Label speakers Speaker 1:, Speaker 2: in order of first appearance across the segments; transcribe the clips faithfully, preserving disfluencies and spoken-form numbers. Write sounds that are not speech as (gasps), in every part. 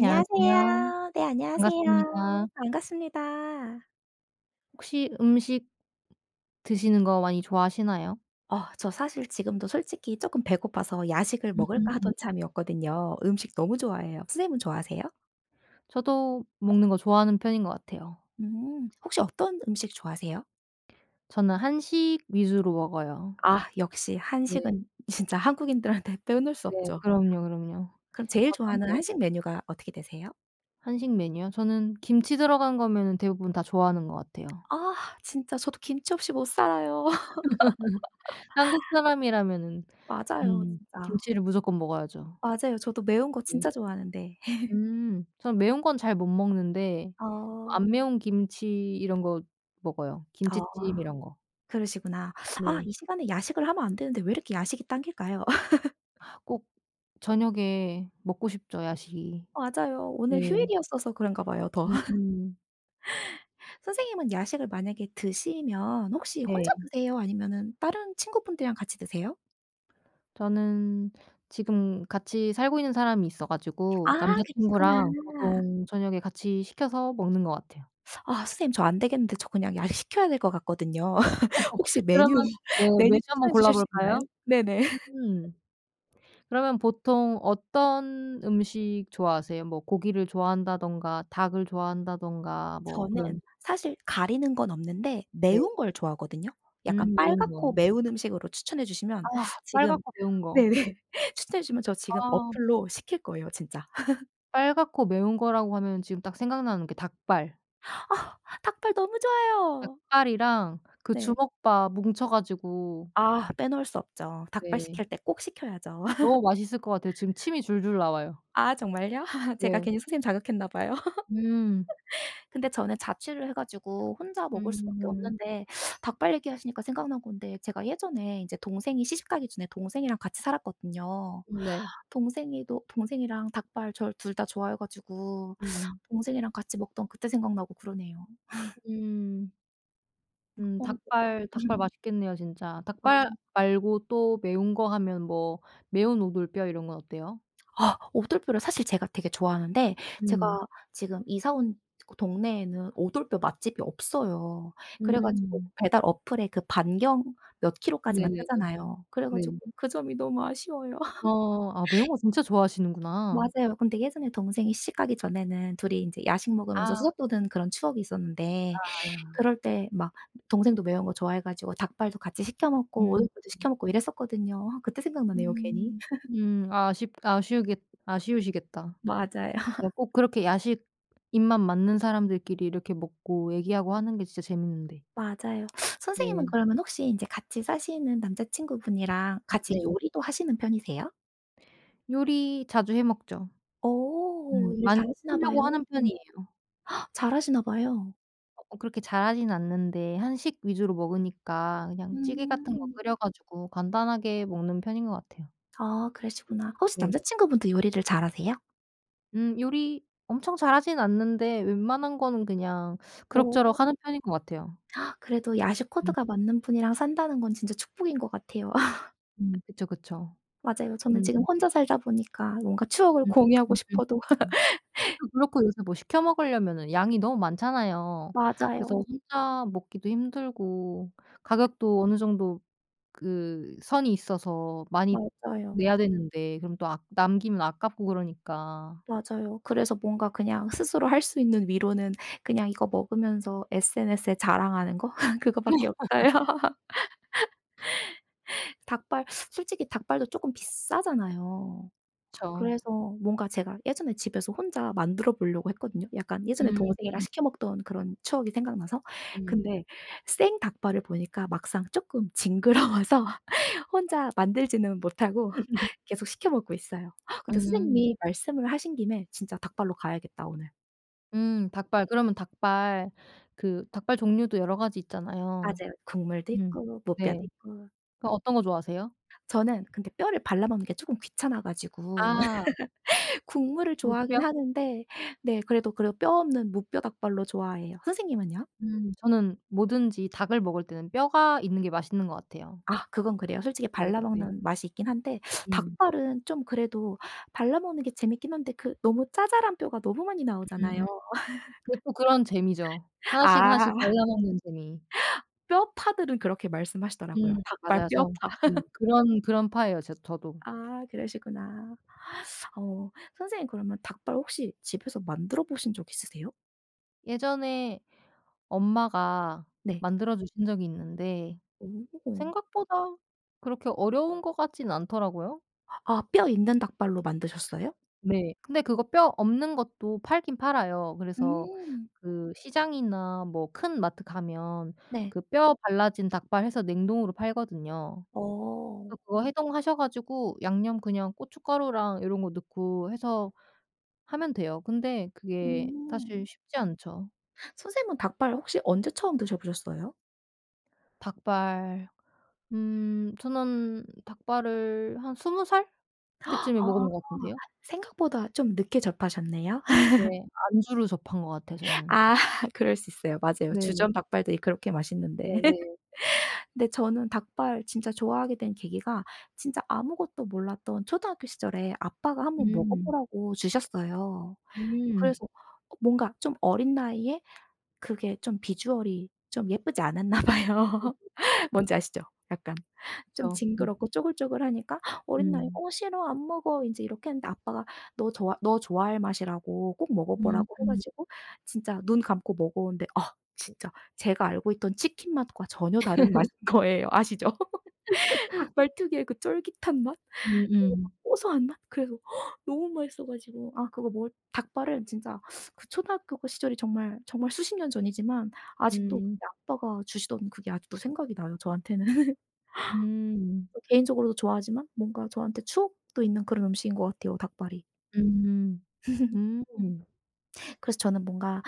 Speaker 1: 안녕하세요.
Speaker 2: 네, 안녕하세요.
Speaker 1: 반갑습니다.
Speaker 2: 반갑습니다.
Speaker 1: 혹시 음식 드시는 거 많이 좋아하시나요?
Speaker 2: 어 저 사실 지금도 솔직히 쪼끔 배고파서 '야식을 먹을까?'
Speaker 1: 음.
Speaker 2: 하던 참이었거든요. 음식 너무 좋아해요. 선생님은 좋아하세요?
Speaker 1: 저도 먹는 거 좋아하는 편인 것 같아요.
Speaker 2: 음. 혹시 어떤 음식 좋아하세요?
Speaker 1: 저는 한식 위주로 먹어요.
Speaker 2: 아, 역시
Speaker 1: 네.
Speaker 2: 한식은 (laughs) 진짜 한국인들한테 빼놓을 수
Speaker 1: 네.
Speaker 2: 없죠.
Speaker 1: 그럼요, 그럼요.
Speaker 2: 그럼 제일
Speaker 1: 어떤
Speaker 2: 좋아하는
Speaker 1: 거?
Speaker 2: 한식 메뉴가 어떻게 되세요?
Speaker 1: 한식 메뉴요? 저는 김치 들어간 거면은 대부분 다 좋아하는 것 같아요.
Speaker 2: 아, 진짜 저도 김치 없이 못 살아요.
Speaker 1: 한국 사람이라면은
Speaker 2: 맞아요,
Speaker 1: 음
Speaker 2: 진짜.
Speaker 1: 김치를 무조건 먹어야죠.
Speaker 2: 맞아요. 저도 매운 거
Speaker 1: 네.
Speaker 2: 진짜 좋아하는데.
Speaker 1: 음. 저는 매운 건 잘 못 먹는데 안
Speaker 2: 어.
Speaker 1: 매운 김치 이런 거 먹어요.
Speaker 2: 어.
Speaker 1: 김치찜 이런 거.
Speaker 2: 그러시구나. 아,
Speaker 1: 네.
Speaker 2: 이 시간에 야식을 하면 안 되는데 왜 이렇게 야식이 당길까요? (laughs)
Speaker 1: 꼭 저녁에 먹고 싶죠, 야식이.
Speaker 2: 맞아요. 오늘
Speaker 1: 네.
Speaker 2: 휴일이었어서 그런가 봐요, 더. (laughs)
Speaker 1: 음.
Speaker 2: 선생님은 야식을 만약에 드시면 혹시 혼자
Speaker 1: 네.
Speaker 2: 드세요? 아니면은 다른 친구분들이랑 같이 드세요?
Speaker 1: 저는 지금 같이 살고 있는 사람이 있어 가지고
Speaker 2: 아,
Speaker 1: 남자친구랑
Speaker 2: 그러시구나.
Speaker 1: 보통 저녁에 같이 시켜서 먹는 것 같아요.
Speaker 2: 아, 선생님, 저 안 되겠는데, 저 그냥 야식 시켜야 될 것 같거든요. (laughs) 혹시 메뉴
Speaker 1: 그러면
Speaker 2: (laughs)
Speaker 1: 네 메뉴
Speaker 2: 메뉴
Speaker 1: 한번
Speaker 2: 추천해 주실 수 있나요?
Speaker 1: 골라볼까요?
Speaker 2: 네네.
Speaker 1: 음. 그러면 보통 어떤 음식 좋아하세요? 뭐 고기를 좋아한다든가 닭을 좋아한다든가 뭐
Speaker 2: 저는
Speaker 1: 그런.
Speaker 2: 사실 가리는 건 없는데
Speaker 1: 네.
Speaker 2: 매운 걸 좋아하거든요. 약간
Speaker 1: 음 매운 거.
Speaker 2: 빨갛고 매운 음식으로 추천해
Speaker 1: 아
Speaker 2: 주시면 지금
Speaker 1: 빨갛고 매운 거.
Speaker 2: 네네. (laughs) 추천해 주시면 저 지금
Speaker 1: 아.
Speaker 2: 어플로 시킬 거예요, 진짜.
Speaker 1: 빨갛고 매운 거라고 하면 지금 딱 생각나는 게 닭발.
Speaker 2: "아, 닭발 너무 좋아요."
Speaker 1: 닭발이랑 그
Speaker 2: 네.
Speaker 1: 주먹밥 뭉쳐 가지고.
Speaker 2: 아, 빼놓을 수 없죠. 닭발
Speaker 1: 네.
Speaker 2: 시킬 때 꼭 시켜야죠. (laughs)
Speaker 1: 너무 맛있을 것 같아요. 지금 침이 줄줄 나와요.
Speaker 2: 아, 정말요? 제가
Speaker 1: 네.
Speaker 2: 괜히 선생님 자극했나 봐요.
Speaker 1: 음.
Speaker 2: 근데 저는 자취를 해 가지고 혼자 먹을 수밖에
Speaker 1: 음.
Speaker 2: 없는데, 닭발 얘기하시니까 생각난 건데, 제가 예전에 이제 동생이 시집 가기 전에 동생이랑 같이 살았거든요.
Speaker 1: 네.
Speaker 2: 동생이도 동생이랑 닭발 저를 둘 다 좋아해 가지고
Speaker 1: 음.
Speaker 2: 동생이랑 같이 먹던 그때 생각나고 그러네요.
Speaker 1: 음. 음
Speaker 2: 어, 그니까.
Speaker 1: 닭발 닭발
Speaker 2: (laughs)
Speaker 1: 맛있겠네요 진짜. 닭발
Speaker 2: 맞아요.
Speaker 1: 말고 또 매운 거 하면 뭐 매운 오돌뼈 이런 건 어때요?
Speaker 2: 아, 오돌뼈를 사실 제가 되게 좋아하는데 제가
Speaker 1: 음.
Speaker 2: 지금 이사 온 그 동네에는 오돌뼈 맛집이 없어요. 그래 가지고
Speaker 1: 음.
Speaker 2: 배달 어플에 그 반경 몇 킬로까지만
Speaker 1: 네네네.
Speaker 2: 뜨잖아요. 그래
Speaker 1: 네.
Speaker 2: 가지고 그 점이 너무 아쉬워요. (laughs)
Speaker 1: 어 아 매운 거 진짜 좋아하시는구나.
Speaker 2: 맞아요. 근데 예전에 동생이 시집 가기 전에는 둘이 인제 야식 먹으면서
Speaker 1: 아.
Speaker 2: 수다 떠는 그런 추억이 있었는데, 그럴 때 막 동생도 매운 거 좋아해 가지고 닭발도 같이 시켜 먹고
Speaker 1: 음.
Speaker 2: 오돌뼈도 시켜 먹고 이랬었거든요. 아, 그때 생각나네요, 괜히.
Speaker 1: 음. 음. 아쉽 아쉬우겠 아쉬우시겠다.
Speaker 2: 맞아요.
Speaker 1: 그러니까 꼭 그렇게 야식 입맛 맞는 사람들끼리 이렇게 먹고 얘기하고 하는 게 진짜 재밌는데.
Speaker 2: 맞아요. 선생님은
Speaker 1: 네.
Speaker 2: 그러면 혹시 인제 같이 사시는 남자친구분이랑 같이
Speaker 1: 네.
Speaker 2: 요리도 하시는 편이세요?
Speaker 1: 요리 자주 해 먹죠.
Speaker 2: 어,
Speaker 1: 음.
Speaker 2: 요리
Speaker 1: 많이
Speaker 2: 잘하시나 봐요.
Speaker 1: 해보려고 하는 편이에요.
Speaker 2: 잘하시나 봐요.
Speaker 1: 어 그렇게 잘하진 않는데 한식 위주로 먹으니까 그냥 찌개 같은 거
Speaker 2: 음.
Speaker 1: 끓여 가지고 간단하게 먹는 편인 것 같아요.
Speaker 2: 아, 그러시구나. 혹시
Speaker 1: 네.
Speaker 2: 남자친구분도 요리를 잘하세요?
Speaker 1: 음 요리 엄청 잘하진 않는데 웬만한 거는 그냥 그럭저럭
Speaker 2: 어.
Speaker 1: 하는 편인 것 같아요.
Speaker 2: 그래도 야식
Speaker 1: 음.
Speaker 2: 코드가 맞는 분이랑 산다는 건 진짜 축복인 것 같아요. (laughs)
Speaker 1: 음. 그쵸, 그쵸.
Speaker 2: 맞아요. 저는
Speaker 1: 음.
Speaker 2: 지금 혼자 살다 보니까 뭔가 추억을
Speaker 1: 음.
Speaker 2: 공유하고
Speaker 1: 음음. 음.
Speaker 2: 싶어도
Speaker 1: 음. 그것도 그렇고 요새 뭐 시켜 먹으려면은 양이 너무 많잖아요. 그래서
Speaker 2: 맞아요.
Speaker 1: 혼자 먹기도 힘들고 가격도 어느 정도 그 선이 있어서 많이
Speaker 2: 맞아요.
Speaker 1: 내야 되는데 그럼 또 아까 남기면 아깝고 그러니까.
Speaker 2: 맞아요. 그래서 뭔가 그냥 스스로 할 수 있는 위로는 그냥 이거 먹으면서 에스엔에스에 자랑하는 거 (laughs) 그거밖에 없어요. (laughs) 닭발, 솔직히 닭발도 조금 비싸잖아요.
Speaker 1: 그쵸.
Speaker 2: 그래서 뭔가 제가 예전에 집에서 혼자 만들어 보려고 했거든요. 약간 예전에
Speaker 1: 음
Speaker 2: 동생이랑
Speaker 1: 음
Speaker 2: 시켜 먹던 그런 추억이 생각나서.
Speaker 1: 음.
Speaker 2: 근데 생 닭발을 보니까 막상 조금 징그러워서 (laughs) 혼자 만들지는 못하고 계속 시켜 먹고 있어요. 근데
Speaker 1: 음.
Speaker 2: 선생님이 말씀을 하신 김에 진짜 닭발로 가야겠다 오늘.
Speaker 1: 음 닭발. 그러면 닭발 그 닭발 종류도 여러 가지 있잖아요.
Speaker 2: 맞아요. 국물도
Speaker 1: 음.
Speaker 2: 있고 무뼈도
Speaker 1: 네.
Speaker 2: 있고.
Speaker 1: 그럼 어떤 거 좋아하세요?
Speaker 2: 저는 근데 뼈를 발라 먹는 게 쪼끔 귀찮아 가지고
Speaker 1: 아.
Speaker 2: (laughs) 국물을 좋아하긴
Speaker 1: 무뼈.
Speaker 2: 하는데, 네, 그래도 그래도 뼈 없는 무뼈 닭발로 좋아해요. 선생님은요?
Speaker 1: 음 저는 뭐든지 닭을 먹을 때는 뼈가 있는 게 맛있는 것 같아요.
Speaker 2: 아, 그건 그래요. 솔직히
Speaker 1: 네
Speaker 2: 발라
Speaker 1: 네.
Speaker 2: 먹는 맛이 있긴 한데
Speaker 1: 음.
Speaker 2: 닭발은 좀 그래도 발라 먹는 게 재밌긴 한데 그 너무 짜잘한 뼈가 너무 많이 나오잖아요.
Speaker 1: 음음. 그게 또 그런 재미죠. 하나씩
Speaker 2: 아,
Speaker 1: 하나씩 발라먹는 재미.
Speaker 2: 뼈파들은 그렇게 말씀하시더라고요.
Speaker 1: 음
Speaker 2: 닭발
Speaker 1: 맞아요. 저.
Speaker 2: 뼈파.
Speaker 1: 네 그런 그런 파예요 제 저도.
Speaker 2: 아, 그러시구나. 어, 선생님 그러면 닭발 혹시 집에서 만들어 보신 적 있으세요?
Speaker 1: 예전에 엄마가
Speaker 2: 네.
Speaker 1: 만들어 주신 적이 있는데
Speaker 2: 오.
Speaker 1: 생각보다 그렇게 어려운 것 같진 않더라고요.
Speaker 2: 아, 뼈 있는 닭발로 만드셨어요?
Speaker 1: 네. 근데 그거 뼈 없는 것도 팔긴 팔아요. 그래서
Speaker 2: 음.
Speaker 1: 그 시장이나 뭐 큰 마트 가면
Speaker 2: 네.
Speaker 1: 그 뼈 발라진 닭발 해서 냉동으로 팔거든요.
Speaker 2: 어.
Speaker 1: 그래서 그거 해동하셔 가지고 양념 그냥 고춧가루랑 요런 거 넣고 해서 하면 돼요. 근데 그게
Speaker 2: 음.
Speaker 1: 사실 쉽지 않죠.
Speaker 2: 선생님은 닭발 혹시 언제 처음 드셔보셨어요?
Speaker 1: 닭발. 음 저는 닭발을 한 스무 살 때쯤에
Speaker 2: 아,
Speaker 1: 먹어본 것 같은데요.
Speaker 2: 생각보다 좀 늦게 접하셨네요.
Speaker 1: 네. 안주로 접한 것 같아요
Speaker 2: (laughs)
Speaker 1: 저는.
Speaker 2: 아, 그럴 수 있어요. 맞아요.
Speaker 1: 네.
Speaker 2: 주점 닭발들이 그렇게 맛있는데. (laughs)
Speaker 1: 네네.
Speaker 2: 근데 저는 닭발 진짜 좋아하게 된 계기가, 진짜 아무것도 몰랐던 초등학교 시절에 아빠가 한번
Speaker 1: 음.
Speaker 2: 먹어보라고 주셨어요.
Speaker 1: 음.
Speaker 2: 그래서 어 뭔가 좀 어린 나이에 그게 좀 비주얼이 좀 예쁘지 않았나 봐요. (laughs) 뭔지 아시죠? 약간 좀
Speaker 1: 그쵸, 그쵸.
Speaker 2: 징그럽고 쪼글쪼글하니까 어린 나이에
Speaker 1: 음.
Speaker 2: "어, 싫어. 안 먹어." 인제 이렇게 했는데, 아빠가 "너 좋아, 너 좋아할 맛이라고 꼭 먹어 보라."고 해
Speaker 1: 음음.
Speaker 2: 가지고 진짜 눈 감고 먹었는데 아, 진짜 제가 알고 있던 치킨 맛과 전혀 다른 맛인 (laughs) 거예요. 아시죠? 닭발 특유의 그 쫄깃한 맛 그리고
Speaker 1: 음음.
Speaker 2: 막 고소한 맛 그래서 (gasps) 너무 맛있어 가지고 아, 그거 먹을 닭발은 진짜 그 초등학교 그 시절이 정말 정말 수십 년 전이지만 아직도
Speaker 1: 음.
Speaker 2: 그때 아빠가 주시던 그게 아직도 생각이 나요 저한테는. (laughs)
Speaker 1: 음.
Speaker 2: 개인적으로도 좋아하지만 뭔가 저한테 추억도 있는 그런 음식인 것 같아요, 닭발이.
Speaker 1: 음. 음.
Speaker 2: 그래서 저는 뭔가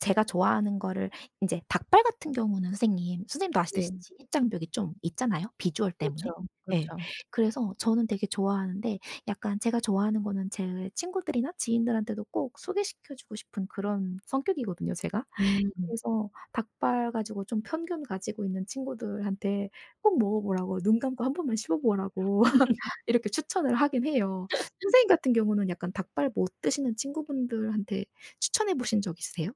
Speaker 2: 제가 좋아하는 거를 인제 닭발 같은 경우는 선생님 선생님도 아시듯이
Speaker 1: 네.
Speaker 2: 진입장벽이 좀 있잖아요, 비주얼
Speaker 1: 그렇죠.
Speaker 2: 때문에. 예.
Speaker 1: 그렇죠.
Speaker 2: 그래서 저는 되게 좋아하는데 약간 제가 좋아하는 거는 제 친구들이나 지인들한테도 꼭 소개시켜 주고 싶은 그런 성격이거든요, 제가.
Speaker 1: 음.
Speaker 2: 그래서 닭발 가지고 좀 편견 가지고 있는 친구들한테 꼭 먹어 보라고 눈 감고 한 번만 씹어 보라고 (laughs) 이렇게 추천을 하긴 해요. 선생님 같은 경우는 약간 닭발 못 드시는 친구분들한테 추천해 보신 적 있으세요?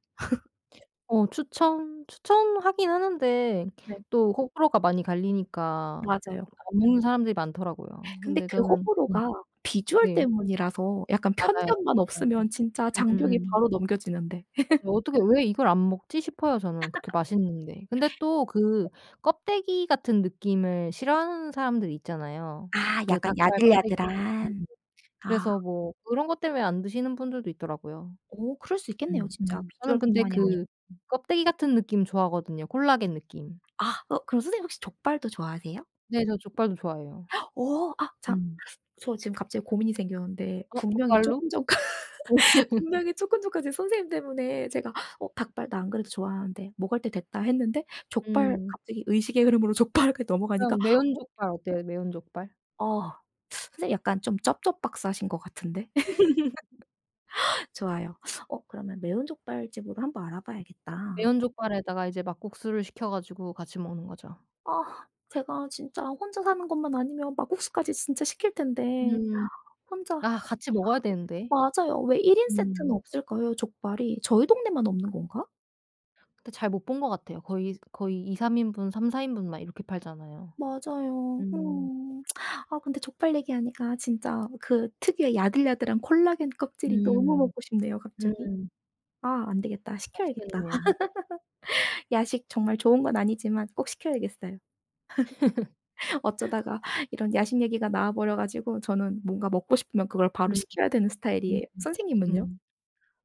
Speaker 1: 어 추천 추천하긴 하는데
Speaker 2: 네.
Speaker 1: 또 호불호가 많이 갈리니까
Speaker 2: 맞아요.
Speaker 1: 안 먹는 사람들이 많더라고요.
Speaker 2: 근데
Speaker 1: 근데
Speaker 2: 그
Speaker 1: 저는 음.
Speaker 2: 호불호가 비주얼
Speaker 1: 네.
Speaker 2: 때문이라서 약간
Speaker 1: 맞아요,
Speaker 2: 편견만
Speaker 1: 맞아요.
Speaker 2: 없으면 진짜 장벽이
Speaker 1: 음음음.
Speaker 2: 바로 넘겨지는데.
Speaker 1: 맞아요. 어떻게 '왜 이걸 안 먹지?' 싶어요 저는 그렇게 맛있는데. 근데 또 그 껍데기 같은 느낌을 싫어하는 사람들이 있잖아요.
Speaker 2: 아,
Speaker 1: 그
Speaker 2: 약간
Speaker 1: 닭발 껍데기.
Speaker 2: 야들야들한.
Speaker 1: 음.
Speaker 2: 아.
Speaker 1: 그래서 뭐 그런 것 때문에 안 드시는 분들도 있더라고요.
Speaker 2: 오, 그럴 수 있겠네요,
Speaker 1: 음
Speaker 2: 진짜
Speaker 1: 음. 저는 근데
Speaker 2: 비주얼뿐만이 아니고.
Speaker 1: 그
Speaker 2: 음.
Speaker 1: 껍데기 같은 느낌 좋아하거든요, 콜라겐 느낌.
Speaker 2: 아, 어, 그럼 선생님 혹시 족발도 좋아하세요?
Speaker 1: 네 저 족발도 좋아해요.
Speaker 2: 어, 아, 자,
Speaker 1: 음.
Speaker 2: 저 지금 갑자기 고민이 생겼는데,
Speaker 1: 어
Speaker 2: 분명히
Speaker 1: 족발로?
Speaker 2: 쪼끔 전까 (laughs) 분명히 쪼끔 전까지 선생님 때문에 제가 '어, 닭발 나 안 그래도 좋아하는데 먹을 때 됐다.' 했는데 족발
Speaker 1: 음.
Speaker 2: 갑자기 의식의 흐름으로 (laughs) 족발까지 넘어가니까
Speaker 1: 그냥 매운
Speaker 2: 어
Speaker 1: 족발 어때요, 매운 족발?
Speaker 2: 어 선생님 약간 좀 쩝쩝 박사신 것 같은데. (laughs) 좋아요. 어, 그러면 매운 족발집으로 한번 알아봐야겠다.
Speaker 1: 매운 족발에다가 이제 막국수를 시켜 가지고 같이 먹는 거죠.
Speaker 2: 아, 제가 진짜 혼자 사는 것만 아니면 막국수까지 진짜 시킬 텐데
Speaker 1: 음.
Speaker 2: 혼자
Speaker 1: 아 같이 먹어야 되는데.
Speaker 2: 맞아요. 왜 일 인 세트는
Speaker 1: 음.
Speaker 2: 없을까요, 족발이? 저희 동네만 없는 건가?
Speaker 1: 근데 잘 못 본 것 같아요. 거의 거의 이삼 인분, 삼사 인분 막 이렇게 팔잖아요.
Speaker 2: 맞아요.
Speaker 1: 음.
Speaker 2: 음. 아, 근데 족발 얘기하니까 진짜 그 특유의 야들야들한 콜라겐 껍질이 너무
Speaker 1: 음.
Speaker 2: 먹고 싶네요 갑자기.
Speaker 1: 음.
Speaker 2: 아, 안 되겠다. 시켜야겠다.
Speaker 1: 맛있겠네요.
Speaker 2: 야식 정말 좋은 건 아니지만 꼭 시켜야겠어요. 어쩌다가 이런 야식 얘기가 나와 버려 가지고 저는 뭔가 먹고 싶으면 그걸 바로
Speaker 1: 음
Speaker 2: 시켜야 되는
Speaker 1: 음음.
Speaker 2: 스타일이에요. 선생님은요?
Speaker 1: 음.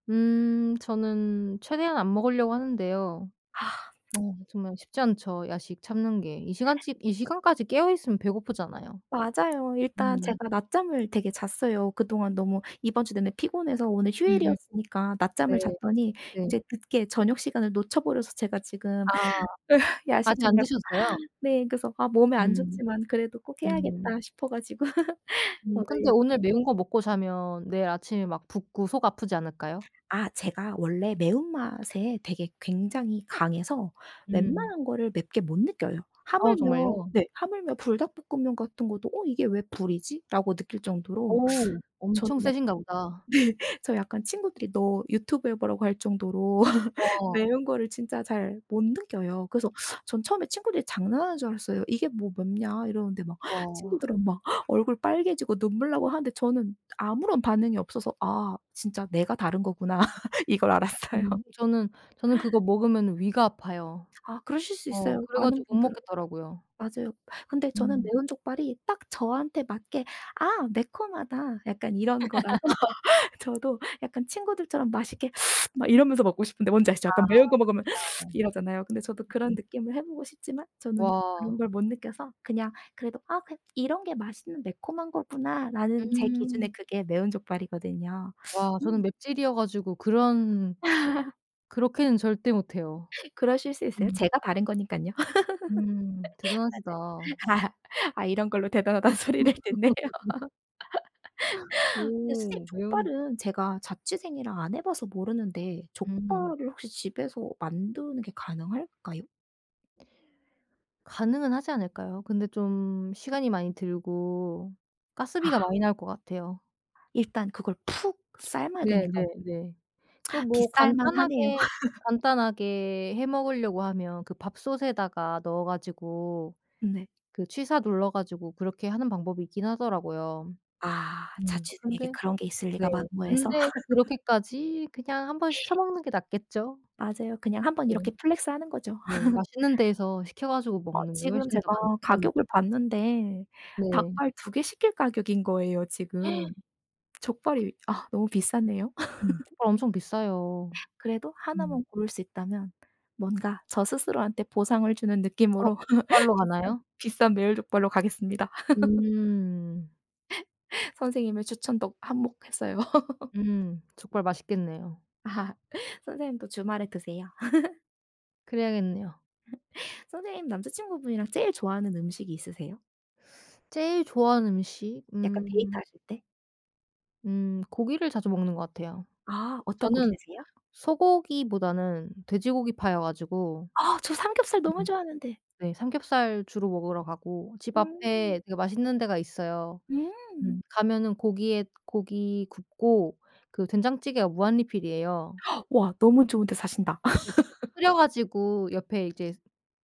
Speaker 1: 음 저는 최대한 안 먹으려고 하는데요.
Speaker 2: 아,
Speaker 1: 어 정말 쉽지 않죠, 야식 참는 게. 이 시간쯤 이 시간까지 깨어 있으면 배고프잖아요.
Speaker 2: 맞아요. 일단
Speaker 1: 음.
Speaker 2: 제가 낮잠을 되게 잤어요. 그동안 너무 이번 주 내내 피곤해서 오늘
Speaker 1: 음음.
Speaker 2: 휴일이었으니까 낮잠을
Speaker 1: 네.
Speaker 2: 잤더니
Speaker 1: 네.
Speaker 2: 이제 늦게 저녁 시간을 놓쳐 버려서 제가 지금
Speaker 1: 아
Speaker 2: (laughs) 야식
Speaker 1: 아직 안
Speaker 2: 정말
Speaker 1: 드셨어요?
Speaker 2: 네 그래서 아, 몸에 안
Speaker 1: 음.
Speaker 2: 좋지만 그래도 꼭
Speaker 1: 음.
Speaker 2: 해야겠다 싶어 가지고
Speaker 1: 음
Speaker 2: 오늘
Speaker 1: 근데
Speaker 2: 약
Speaker 1: 오늘
Speaker 2: (laughs)
Speaker 1: 매운 거 먹고 자면 내일 아침에 막 붓고 속 아프지 않을까요?
Speaker 2: 아, 제가 원래 매운맛에 되게 굉장히 강해서
Speaker 1: 음.
Speaker 2: 웬만한 거를 맵게 못 느껴요.
Speaker 1: 아
Speaker 2: 하물며
Speaker 1: 정말요?
Speaker 2: 네 하물며 불닭볶음면 같은 것도 '어, 이게 왜 불이지?'라고 느낄 정도로
Speaker 1: 오
Speaker 2: 저는
Speaker 1: 엄청
Speaker 2: 약
Speaker 1: 세신가 보다.
Speaker 2: 네. 저 약간 친구들이 "너 유튜브 해보라."고 할 정도로 (laughs)
Speaker 1: 와.
Speaker 2: 매운 거를 진짜 잘 못 느껴요. 그래서 전 처음에 친구들이 장난하는 줄 알았어요. "이게 뭐 맵냐." 이러는데 막
Speaker 1: 와.
Speaker 2: 친구들은 막 얼굴 빨개지고 눈물 나고 하는데 저는 아무런 반응이 없어서 '아, 진짜 내가 다른 거구나.' (laughs) 이걸 알았어요.
Speaker 1: 음 저는 저는 그거 먹으면 위가 아파요.
Speaker 2: 아, 그러실 수
Speaker 1: 어
Speaker 2: 있어요.
Speaker 1: 그래
Speaker 2: 많은
Speaker 1: 가지고 못
Speaker 2: 분들은.
Speaker 1: 먹겠더라고요.
Speaker 2: 맞아요. 근데 저는
Speaker 1: 음.
Speaker 2: 매운 족발이 딱 저한테 맞게 '아, 매콤하다.' 약간 이런 거라 저도 약간 친구들처럼 맛있게 (sniffs) 막 이러면서 먹고 싶은데 뭔지 아시죠? 약간 매운 거 먹으면 (sniffs) 이러잖아요. 근데 저도 그런 느낌을 해 보고 싶지만 저는 그런
Speaker 1: 와.
Speaker 2: 걸 못 느껴서 그냥 그래도 '아, 그 이런 게 맛있는 매콤한 거구나.'라는 제 기준에
Speaker 1: 음.
Speaker 2: 그게 매운 족발이거든요.
Speaker 1: 와 저는
Speaker 2: 음,
Speaker 1: 맵찔이어 가지고 그런 그렇게는 절대 못 해요.
Speaker 2: 그러실 수 있어요.
Speaker 1: 음.
Speaker 2: 제가 다른 거니까요.
Speaker 1: 음. 대단하시다.
Speaker 2: (laughs) 아, 이런 걸로 대단하다는 (laughs) 소리를 듣네요. 근데 선생님
Speaker 1: 오. 매운.
Speaker 2: 족발은 제가 자취생이라 안 해 봐서 모르는데
Speaker 1: 음.
Speaker 2: 족발을 혹시 집에서 만드는 게 가능할까요?
Speaker 1: 가능은 하지 않을까요? 근데 좀 시간이 많이 들고 가스비가 많이 나올 것 같아요.
Speaker 2: 일단 그걸 푹 삶아야 되니까
Speaker 1: 네네네. 그 뭐
Speaker 2: 비쌀만 하네요.
Speaker 1: 간단하게,
Speaker 2: (laughs)
Speaker 1: 간단하게 해 먹으려고 하면 그 밥솥에다가 넣어 가지고
Speaker 2: 네.
Speaker 1: 그 취사 눌러 가지고 그렇게 하는 방법이 있긴 하더라고요.
Speaker 2: 아,
Speaker 1: 음.
Speaker 2: 자취생에게
Speaker 1: 근데
Speaker 2: 그런 게 있을
Speaker 1: 네.
Speaker 2: 리가 만무해서.
Speaker 1: 근데
Speaker 2: (laughs)
Speaker 1: 그렇게까지 그냥 한번 시켜 먹는 게 낫겠죠.
Speaker 2: 맞아요. 그냥 한번
Speaker 1: 네.
Speaker 2: 이렇게 플렉스하는 거죠.
Speaker 1: 네. 맛있는 데에서 시켜 가지고
Speaker 2: 어,
Speaker 1: 먹는 게
Speaker 2: 지금
Speaker 1: 훨씬
Speaker 2: 제가
Speaker 1: 더 만족감이.
Speaker 2: 가격을 봤는데
Speaker 1: 네.
Speaker 2: 닭발 두 개 시킬 가격인 거예요, 지금.
Speaker 1: (laughs)
Speaker 2: 족발이 아, 너무 비싸네요. (laughs)
Speaker 1: 음 족발 엄청 비싸요.
Speaker 2: 그래도
Speaker 1: 음.
Speaker 2: 하나만 고를 수 있다면 뭔가 저 스스로한테 보상을 주는
Speaker 1: 어
Speaker 2: 느낌으로
Speaker 1: 족발로
Speaker 2: (laughs) 비싼
Speaker 1: 가나요?
Speaker 2: 비싼 매일족발로 가겠습니다.
Speaker 1: 음.
Speaker 2: 선생님의 추천 도 한몫했어요. (laughs)
Speaker 1: 음. 족발 맛있겠네요.
Speaker 2: 아, 선생님도 주말에 드세요.
Speaker 1: 그래야겠네요.
Speaker 2: 선생님, 남자친구분이랑 제일 좋아하는 음식이 있으세요?
Speaker 1: 제일 좋아하는 음식?
Speaker 2: 약간
Speaker 1: 음.
Speaker 2: 데이트하실 때?
Speaker 1: 음 고기를 자주 먹는 것 같아요.
Speaker 2: 아, 어떤 고기
Speaker 1: 저는
Speaker 2: 드세요?
Speaker 1: 소고기보다는 돼지고기파여 가지고.
Speaker 2: 아, 저 삼겹살 너무 좋아하는데.
Speaker 1: 네. 삼겹살 주로 먹으러 가고 집
Speaker 2: 음.
Speaker 1: 앞에 되게 맛있는 데가 있어요. 음.
Speaker 2: 음.
Speaker 1: 가면은 고기에 고기 굽고 그 된장찌개가 무한리필이에요.
Speaker 2: 와, 너무 좋은 데 사신다.
Speaker 1: 그
Speaker 2: (laughs)
Speaker 1: 끓여 가지고 옆에 이제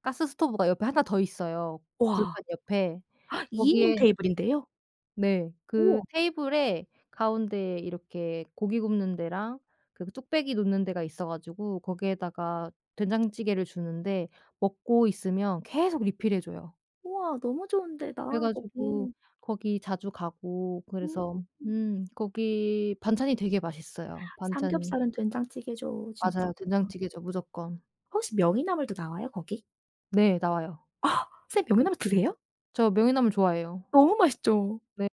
Speaker 1: 가스 스토브가 옆에 하나 더 있어요,
Speaker 2: 와,
Speaker 1: 불판 옆에.
Speaker 2: 이 인용
Speaker 1: 거기에
Speaker 2: 테이블인데요?
Speaker 1: 네.
Speaker 2: 우와.
Speaker 1: 그 테이블에 가운데에 이렇게 고기 굽는 데랑 그 뚝배기 놓는 데가 있어 가지고 거기에다가 된장찌개를 주는데 먹고 있으면 계속 리필해 줘요.
Speaker 2: 우와, 너무 좋은
Speaker 1: 그래
Speaker 2: 데다
Speaker 1: 가지고
Speaker 2: 거기.
Speaker 1: 거기 자주 가고
Speaker 2: 음.
Speaker 1: 그래서 음 거기 반찬이 되게 맛있어요. 반찬이.
Speaker 2: 삼겹살은 된장찌개죠 진짜.
Speaker 1: 맞아요. 된장찌개죠 무조건.
Speaker 2: 혹시 명이나물도 나와요 거기?
Speaker 1: 네 나와요.
Speaker 2: 아, 선생님 명이나물
Speaker 1: 음.
Speaker 2: 드세요?
Speaker 1: 저 명이나물 좋아해요.
Speaker 2: 너무 맛있죠.
Speaker 1: 네.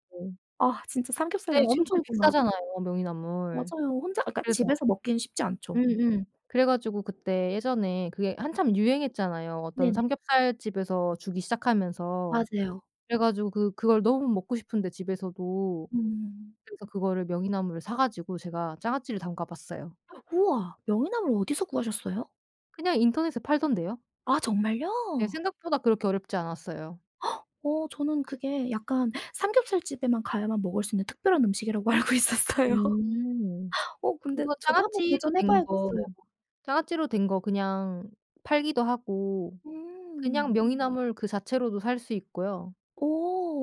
Speaker 2: 아, 진짜
Speaker 1: 그때
Speaker 2: 삼겹살이랑
Speaker 1: 엄청
Speaker 2: 최고이구나.
Speaker 1: 비싸잖아요 명이나물.
Speaker 2: 맞아요. 혼자 그러니까
Speaker 1: 그래서
Speaker 2: 집에서 먹기는 쉽지 않죠.
Speaker 1: 음음. 그래 가지고 그때 예전에 그게 한참 유행했잖아요 어떤
Speaker 2: 네네.
Speaker 1: 삼겹살 집에서 주기 시작하면서.
Speaker 2: 맞아요.
Speaker 1: 그래 가지고 그 그걸 너무 먹고 싶은데 집에서도.
Speaker 2: 음.
Speaker 1: 그래서 그거를 명이나물을 사 가지고 제가 장아찌를 담가 봤어요.
Speaker 2: 우와. 명이나물 어디서 구하셨어요?
Speaker 1: 그냥 인터넷에 팔던데요.
Speaker 2: 아, 정말요?
Speaker 1: 네 생각보다 그렇게 어렵지 않았어요.
Speaker 2: 어, 저는 그게 약간 삼겹살 집에만 가야만 먹을 수 있는 특별한 음식이라고 (laughs) 알고 있었어요.
Speaker 1: 음.
Speaker 2: 어, 근데
Speaker 1: 그거
Speaker 2: 저도 한번
Speaker 1: 장아찌로
Speaker 2: 도전해
Speaker 1: 된 거
Speaker 2: 봐야겠어요.
Speaker 1: 장아찌로 된 거 그냥 팔기도 하고 그냥
Speaker 2: 음.
Speaker 1: 명이나물 그 자체로도 살 수 있고요.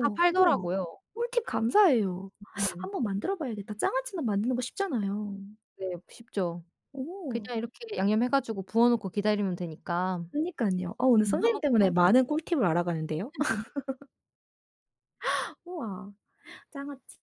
Speaker 1: 다
Speaker 2: 우와.
Speaker 1: 팔더라고요.
Speaker 2: 꿀팁 감사해요.
Speaker 1: 음.
Speaker 2: 한번 만들어 봐야겠다. 장아찌는 만드는 거 쉽잖아요.
Speaker 1: 네 쉽죠.
Speaker 2: 오.
Speaker 1: 그냥 이렇게 양념해 가지고 부어 놓고 기다리면 되니까.
Speaker 2: 그니깐요. 어, 오늘
Speaker 1: 음
Speaker 2: 선생님
Speaker 1: 한번 꼭 해
Speaker 2: 때문에
Speaker 1: 보세요.
Speaker 2: 많은 꿀팁을 알아가는데요. 우와. 장아찌.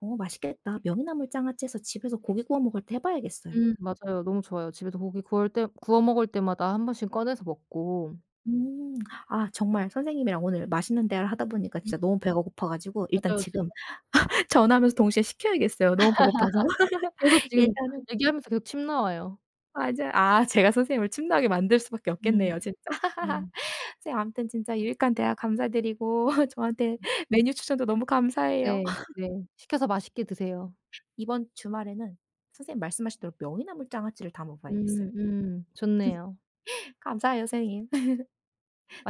Speaker 2: 어, 맛있겠다. 명이나물 장아찌해서 집에서 고기 구워 먹을 때 해 봐야겠어요.
Speaker 1: 음 맞아요. 너무 좋아요. 집에서 고기 구울 때 구워 먹을 때마다 한 번씩 꺼내서 먹고.
Speaker 2: 음. 아, 정말 선생님이랑 오늘 맛있는 대화를 하다 보니까
Speaker 1: 음
Speaker 2: 진짜 너무 배가 고파 가지고 일단
Speaker 1: 맞아요. 지
Speaker 2: 지금 (laughs) 전화하면서 동시에 시켜야겠어요, 너무 배고파서. (laughs)
Speaker 1: 계속 지금
Speaker 2: 일단은
Speaker 1: 얘기하면서 계속 침 나와요.
Speaker 2: 맞아요. 아, 제가 선생님을 침나게 만들 수밖에
Speaker 1: 음.
Speaker 2: 없겠네요, 진짜. (laughs)
Speaker 1: 음.
Speaker 2: 선생님 아무튼 진짜 유익한 대화 감사드리고 (laughs) 저한테 메뉴 추천도 너무 감사해요.
Speaker 1: 네. 네. 시켜서 맛있게 드세요.
Speaker 2: 이번 주말에는 선생님 말씀하신 대로 명이나물 장아찌를 담아 봐야겠어요.
Speaker 1: 음 음. 좋네요.
Speaker 2: 감사해요, 선생님.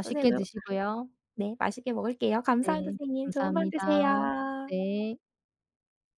Speaker 2: 선생님 너무
Speaker 1: 드시고요.
Speaker 2: 네. 맛있게 먹을게요. 감사합니다,
Speaker 1: 네.
Speaker 2: 선생님. 좋은 밤
Speaker 1: 감사합니다.
Speaker 2: 되세요.
Speaker 1: 네.